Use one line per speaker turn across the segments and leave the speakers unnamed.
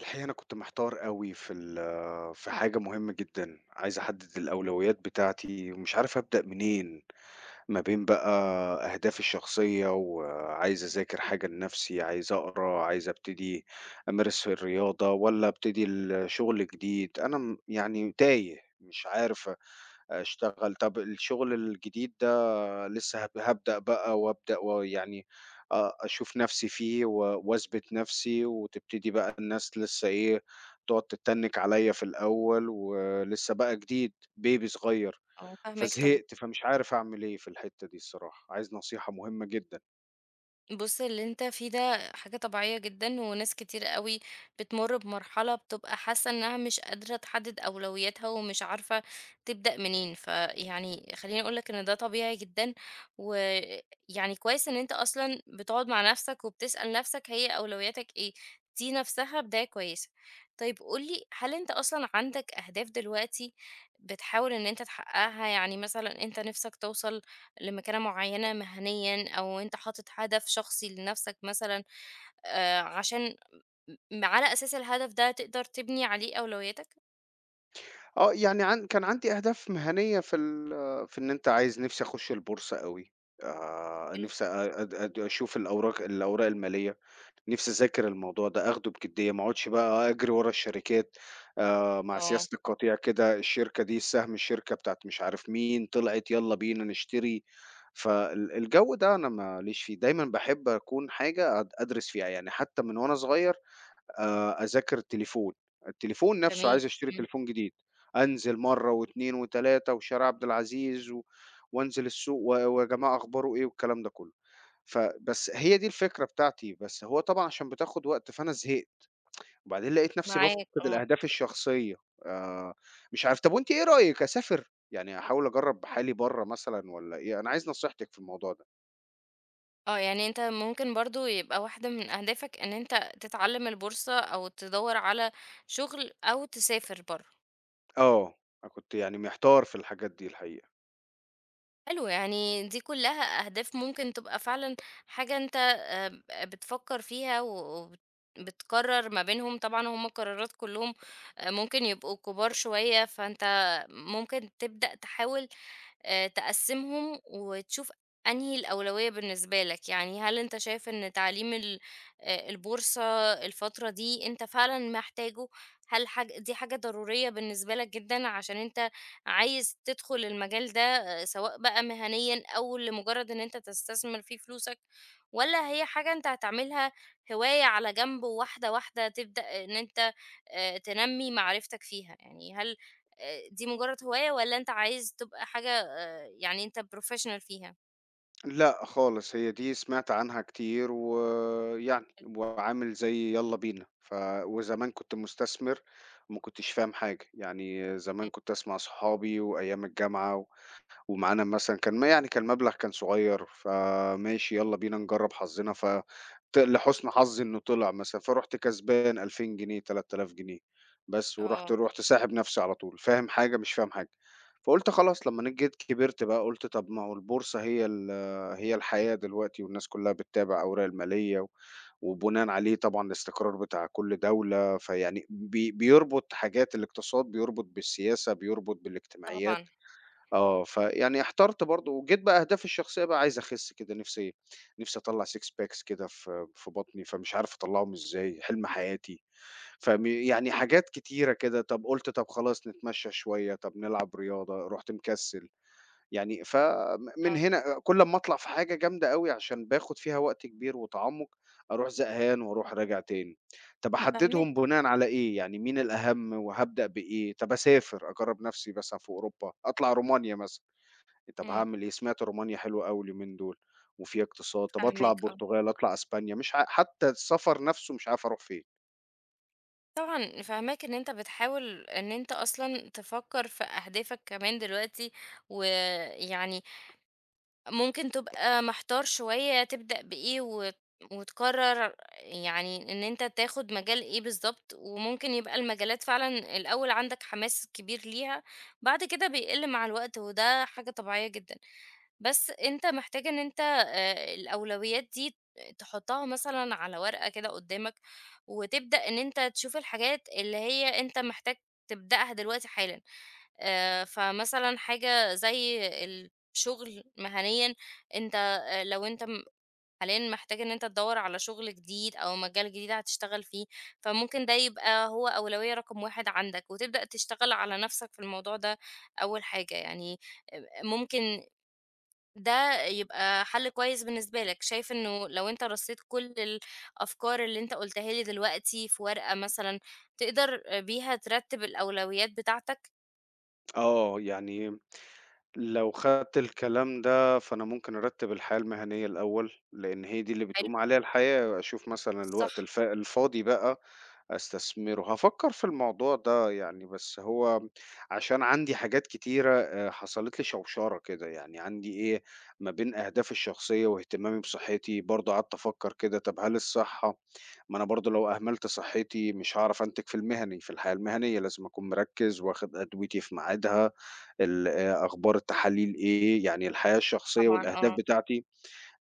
الحقيقة أنا كنت محتار أوي في حاجة مهمة جدًا، عايز أحدد الأولويات بتاعتي ومش عارف أبدأ منين، ما بين بقى أهدافي الشخصية وعايز أذاكر حاجة لنفسي، عايز أقرا، عايز أبتدي أمارس الرياضة والّا أبتدي الشغل جديد، أنا يعني تايه مش عارف أشتغل. طب الشغل الجديد لسه هابدأ بقى وأبدأ ويعني أشوف نَفْسي فيه و وأثبت نَفْسي، وتبتدي بقى الناس لسه إيه، تقعد تتنِّك عليّا في الأول ولسه بقى جديد baby صغير،
آه، فاهماك طبعًا.
فزهقت، فمش عارف أعمل إيه في الحتّة دي الصراحة، عايز نصيحة مهمة جدًا.
بُص، اللي أنت فيه ده حاجة طبيعية جدًا، وناس كتير أوي بتمُر بمرحلة بتبقى حاسة إنها مش قادرة تحدد أولوياتها، ومش عارفة تبدأ منين. فيعني خلّيني أقول لك إن ده طبيعي جدًا، ويعني كويس إن أنت أصلًا بتقعد مع نفسك وبتسأل نفسك هي أولوياتك إيه، دي نفسها بداية كويسة. طيب قُل لي، هل أنت أصلًا عندك أهداف دلوقتي بتحاول إن أنت تحققها؟ يعني مثلًا أنت نِفسك توصل لمكانة معينة مهنيًا أو أنت حاطط هدف شخصي لنفسك مثلًا عشان م على أساس الهدف ده تقدر تبني عليه أولوياتك؟
آه، يعني كان عندي أهداف مهنيّة في إن أنت عايز نِفْسي أخُش البورصة أوي،
حلو،
نِفْسي أ أد أد أشوف الأوراق المالية. نِفْسي أذاكر الموضوع ده، آخده بجدية، ما اقعدش بقى أجري ورا الشركات، مع
آه،
سياسة القطيع كده، الشركة دي سهم الشركة بتاعة مش عارف مين طلعت يالّا بينا نشتري، الجو ده أنا ما ليش فيه، دايمًا باحب أكون حاجة أدرس فيها، يعني حتى من وأنا صغير أذاكر التليفون، التليفون نَفْسه
جميل،
عايز أشتري
إمم،
تليفون جديد، أنزل مرّة و2 و3 وشارع عبد العزيز وأنزل السوق و ويا جماعة أخباره إيه والكلام ده كُلّه. فبس هي دي الفكرة بتاعتي، بس هو طبعًا عشان بتاخد وقت فأنا زهقت، وبعدين لقيت نفسي
معاك
بافقد
آه.
الأهداف الشخصية، آآ، مش عارف طب وأنتِ إيه رأيِك أسافر؟ يعني أحاول أجرّب حالي برّه مثلًا والّا إيه؟ أنا عايز نصيحتِك في الموضوع ده.
آه، يعني أنت ممكن برضه يبقى واحدة من أهدافك إن أنت تتعلم البورصة أو تدوّر على شغل أو تسافر برّه.
آه، أنا كنت يعني محتار في الحاجات دي الحقيقة.
حلو يعني دي كلها أهداف ممكن تبقى فعلًا حاجة أنت بتفكّر فيها و وبتقرّر ما بينهم، طبعًا هم القرارات كلّهم آه، ممكن يبقوا كبار شوية، فأنت ممكن تبدأ تحاول تقسّمهم وتشوف أنهي الأولوية بالنسبة لك، يعني هل أنت شايف إن تعليم ال البورصة الفترة دي أنت فعلًا محتاجه؟ هل دي حاجة ضرورية بالنسبة لك جدًا عشان أنت عايز تدخل المجال ده آه، سواء بقى مهنيًا أو لمجرد إن أنت تستثمر فيه فلوسك، والّا هي حاجة أنت هتعملها هواية على جنب وواحدة، واحدة تبدأ إن أنت تنمّي معرفتك فيها؟ يعني هل دي مجرد هواية والّا أنت عايز تبقى حاجة يعني أنت professional فيها.
لأ خالص، هي دي سمعت عنها كتير ويعني وعامل زي يالّا بينا، وزمان كنت مستثمر وما كنتش فاهم حاجة، يعني
إمم.
زمان كنت أسمع صحابي وأيام الجامعة ومعانا مثلًا كان ما يعني كان المبلغ كان صغيّر، فماشي يالّا بينا نجرّب حظّنا ف ت لحُسن حظّي إنه طلع مثلًا، فرُحت كسبان 2000 جنيه، 3000 جنيه بس، ورُحت
آه،
رُحت ساحب نَفْسي على طول، فاهم حاجة، مش فاهم حاجة. فقُلت خلاص لمّا أنا جيت كبرت بقى قُلت طَب ما هو البورصة هي الحياة دلوقتي والناس كُلّها بتتابع أوراق المالية وبناءً عليه طبعًا الاستقرار بتاع كل دولة، فيعني بيربط حاجات الاقتصاد، بيربط بالسياسة، بيربط
طبعًا،
بالاجتماعيات. آه، فيعني احترت برضه، وجيت بقى أهدافي الشخصية بقى عايز أخس كده، نفسي أطلّع six packs كده في بطني، فمش عارف أطلّعهم إزاي، حلم حياتي، يعني حاجات كتيرة كده، طب قُلت طب خلاص نتمشى شوية، طب نلعب رياضة، رُحت مكسل، يعني ف م من
آه،
هنا كل أمّا أطلع في حاجة جامدة أوي عشان باخد فيها وقت كبير وتعمُّق، أروح زهقان وأروح راجع تاني. طب
فاهماك
أحددهم بناءً على إيه، يعني مين الأهم وهابدأ بإيه؟ طب أسافر، أجرّب نفسي مثلًا في أوروبا، أطلع رومانيا مثلًا. طب
إمم،
هاعمل إيه؟ سمعت رومانيا حلوة أوي اليومين دول وفيها اقتصاد، طب أطلع
فاهماك آه.
البرتغال، أطلع أسبانيا، مش ع حتى السفر نفسه مش عارف أروح فين.
طبعًا فاهماك إن أنت بتحاول إن أنت أصلًا تفكّر في أهدافك كمان دلوقتي، ويعني ممكن تبقى محتار شوية تبدأ بإيه وتقرّر يعني إن أنت تاخد مجال إيه بالضبط، وممكن يبقى المجالات فعلًا الأول عندك حماس كبير ليها، بعد كده بيقِل مع الوقت وده حاجة طبيعية جدًا. بس أنت محتاج إن أنت الأولويات دي تحطها مثلًا على ورقة كده قدامك، وتبدأ إن أنت تشوف الحاجات اللي هي أنت محتاج تبدأها دلوقتي حالًا، فمثلًا حاجة زي الشغل مهنيًا، أنت لو أنت حاليًا محتاج إن أنت تدوّر على شغل جديد أو مجال جديد هتشتغل فيه، فممكن ده يبقى هو أولوية رقم 1 عندك، وتبدأ تشتغل على نفسك في الموضوع ده أول حاجة، يعني ممكن ده يبقى حل كويس بالنسبة لك، شايف إنه لو أنت رصيت كل الأفكار اللي أنت قُلتها لي دلوقتي في ورقة مثلًا، تقدر بيها ترتّب الأولويات بتاعتك؟
آه، يعني لو خدت الكلام ده فأنا ممكن أرتّب الحياة المهنية الأول، لإن هي دي اللي
حلو،
بتقوم عليها الحياة، أشوف مثلًا الوقت
صح،
الفاضي بقى أستثمره، هافكّر في الموضوع ده يعني، بس هو عشان عندي حاجات كتيرة حصلت لي شوشرة كده، يعني عندي إيه، ما بين أهدافي الشخصية واهتمامي بصحّتي، برضه قعدت أفكّر كده طَب هل الصحّة، ما أنا برضه لو أهملت صحّتي مش هاعرف أنتج في المهني، في الحياة المهنية، لازم أكون مركّز واخد أدويتي في ميعادها، ال أخبار التحاليل إيه، يعني الحياة الشخصية
طبعًا
والأهداف
آه،
بتاعتي،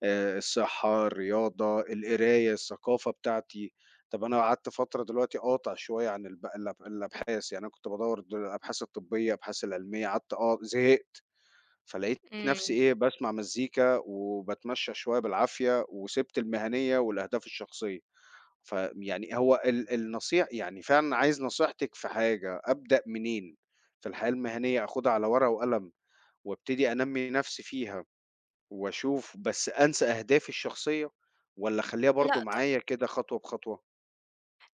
الصحة، الرياضة، القراية، الثقافة بتاعتي. طَب أنا قعدت فترة دلوقتي قاطع شوية عن الب الأب الأبحاث، يعني أنا كنت بادوّر الأبحاث الطبية، الأبحاث العلمية، قعدت زهقت، فلقيت نفسي
إمم،
إيه، باسمع مزيكا وباتمشى شوية بالعافية وسِبت المهنية والأهداف الشخصية. فيعني هو ال النصيح يعني فعلًا عايز نصيحتِك في حاجة، أبدأ منين في الحياة المهنية؟ آخُدها على ورقة وقلم وابتدي أنمّي نفسي فيها. وأشوف بس أنسى أهدافي الشخصية والّا أخلّيها برضه
لأ
معايا كده خطوة بخطوة؟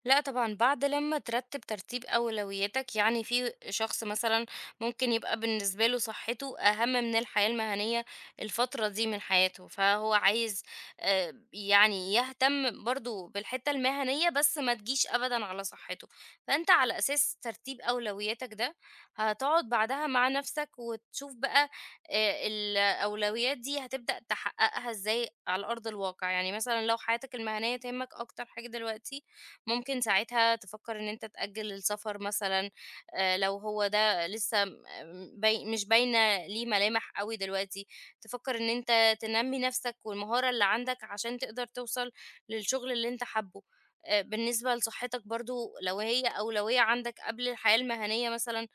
لأ طبعًا، بعد لمّا ترتّب ترتيب أولوياتك، يعني في شخص مثلًا ممكن يبقى بالنسبة له صحّته أهم من الحياة المهنية الفترة دي من حياته، فهو عايز يعني يهتم برضه بالحتّة المهنية بس ما تجيش أبدًا على صحّته، فأنت على أساس ترتيب أولوياتك ده، هتقعد بعدها مع نَفْسك وتشوف بقى الأولويات دي هتبدأ تحققها إزاي على أرض الواقع، يعني مثلًا لو حياتك المهنية تهمك أكتر حاجة دلوقتي ممكن ساعتها تفكر إن أنت تأجل السفر مثلًا لو هو ده باي مش باينة ليه ملامح أوي دلوقتي، تفكر إن أنت تنمّي نفسك والمهارة اللي عندك عشان تقدر توصل للشغل اللي أنت حابه. بالنسبة لصحتك برضه لو هي أولوية عندك قبل الحياة المهنية مثلًا،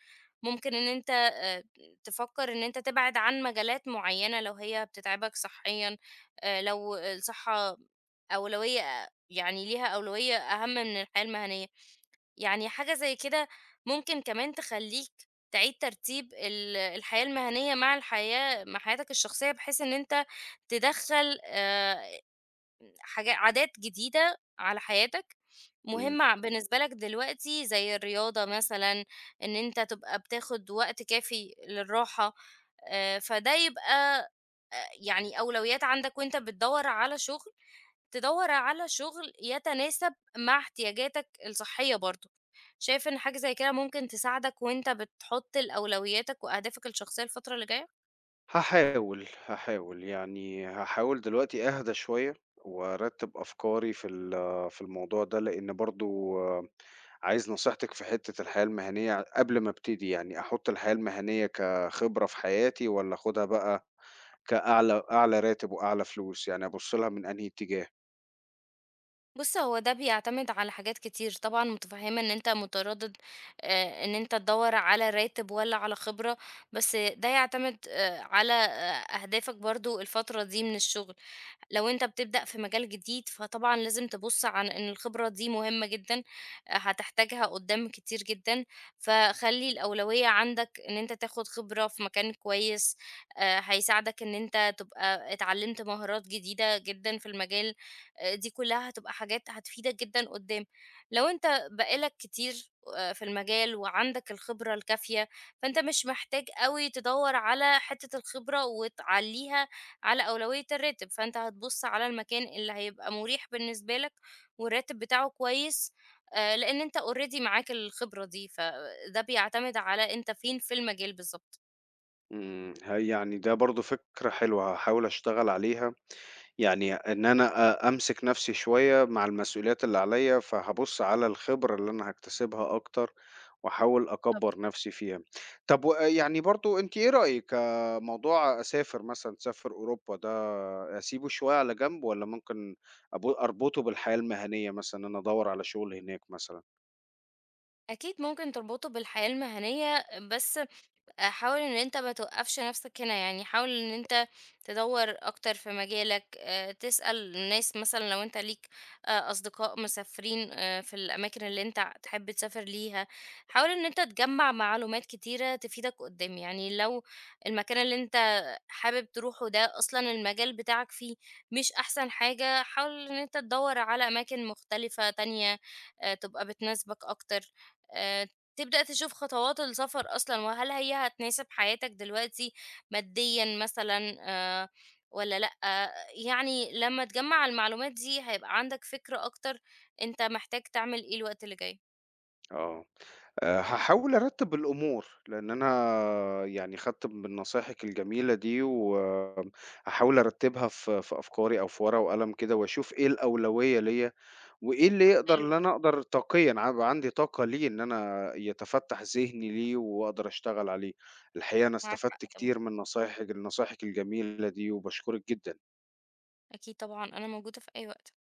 ممكن إن أنت تفكر إن أنت تبعد عن مجالات معينة لو هي بتتعبك صحيًا، لو الصحة أولوية يعني ليها أولوية أهم من الحياة المهنية، يعني حاجة زي كده ممكن كمان تخلّيك تعيد ترتيب ال الحياة المهنية مع الحياة مع حياتك الشخصية، بحيث إن أنت تدخّل عادات جديدة على حياتك،
إمم،
مهمة بالنسبة لك دلوقتي زي الرياضة مثلًا، إن أنت تبقى بتاخد وقت كافي للراحة، فده يبقى يعني أولويات عندك وأنت بتدوّر على شغل. تدوّر على شغل يتناسب مع احتياجاتك الصحية برضه. شايف إن حاجة زي كده ممكن تساعدك وأنت بتحُط الأولوياتك وأهدافك الشخصية الفترة اللي جاية؟
هاحاول، هاحاول، يعني هاحاول دلوقتي أهدى شوية وأرتّب أفكاري في الموضوع ده، لإن برضه عايز نصيحتِك في حتّة الحياة المهنية قبل ما أبتدي، يعني أحُط الحياة المهنية كخبرة في حياتي والّا آخُدها بقى أعلى راتب وأعلى فلوس، يعني أبُص لها من أنهي اتجاه؟
بُص، هو ده بيعتمد على حاجات كتير، طبعًا متفهمة إن أنت متردد إن أنت تدوّر على راتب والّا على خبرة، بس ده يعتمد على أهدافك برضه الفترة دي من الشغل، لو أنت بتبدأ في مجال جديد فطبعًا لازم تبُص عن إن الخبرة دي مهمة جدًا، آه، هتحتاجها قدّام كتير جدًا، فخلّي الأولوية عندك إن أنت تاخد خبرة في مكان كويس، هيساعدك إن أنت تبقى اتعلمت مهارات جديدة جدًا في المجال دي كلّها هتبقى حاجات هتفيدك جدًا قدّام. لو أنت بقى لك كتير في المجال وعندك الخبرة الكافية، فأنت مش محتاج أوي تدوّر على حتّة الخبرة وتعلّيها على أولوية الراتب، فأنت هتبُص على المكان اللي هيبقى مُريح بالنسبة لك والراتب بتاعه كويس، لإن أنت already معاك الخبرة دي، فده بيعتمد على أنت فين في المجال بالضبط.
إمم، يعني ده برضه فكرة حلوة هاحاول أشتغل عليها. يعني إن أنا أمسك نَفْسي شوية مع المسؤوليات اللي عليّا، فهابُص على الخبرة اللي أنا هاكتسبها أكتر وأحاول
بالضبط.
أكبّر نَفْسي فيها. طَب ويعني برضه أنتِ إيه رأيِك موضوع أسافر مثلًا أسافر أوروبا ده أسيبه شوية على جنب والّا ممكن أربطه بالحياة المهنية مثلًا إن أنا أدوّر على شُغل هناك مثلًا؟
أكيد ممكن تربطه بالحياة المهنية، بس حاول إن أنت ما توقّفش نفْسك هنا، يعني حاول إن أنت تدوّر أكتر في مجالك، تسأل الناس مثلًا لو أنت ليك أصدقاء مسافرين في الأماكن اللي أنت تحب تسافر ليها، حاول إن أنت تجمّع معلومات كتيرة تفيدك قدّام، يعني لو المكان اللي أنت حابب تروحه ده أصلًا المجال بتاعك فيه مش أحسن حاجة، حاول إن أنت تدوّر على أماكن مختلفة تانية تبقى بتناسبك أكتر آآ تبدأ تشوف خطوات السفر أصلًا، وهل هي هتناسب حياتك دلوقتي ماديًا مثلًا والّا لأ، يعني لمّا تجمّع المعلومات دي هيبقى عندك فكرة أكتر أنت محتاج تعمل إيه الوقت اللي جاي.
آه. هاحاول أرتّب الأمور، لإن أنا يعني خدت من نصايحِك الجميلة دي، وهاحاول أرتّبها في أفكاري أو في ورقة وقلم كده، وأشوف إيه الأولوية ليّا، وإيه اللي
حلو،
اللي أنا أقدر طاقيًا يبقى عندي طاقة ليه، إن أنا يتفتّح ذهني ليه وأقدر أشتغل عليه. الحقيقة أنا
معاك حق
استفدت
طبعًا،
كتير من نصايحِك الجميلة دي، وباشكرِك جدًا.
أكيد طبعًا، أنا موجودة في أي وقت.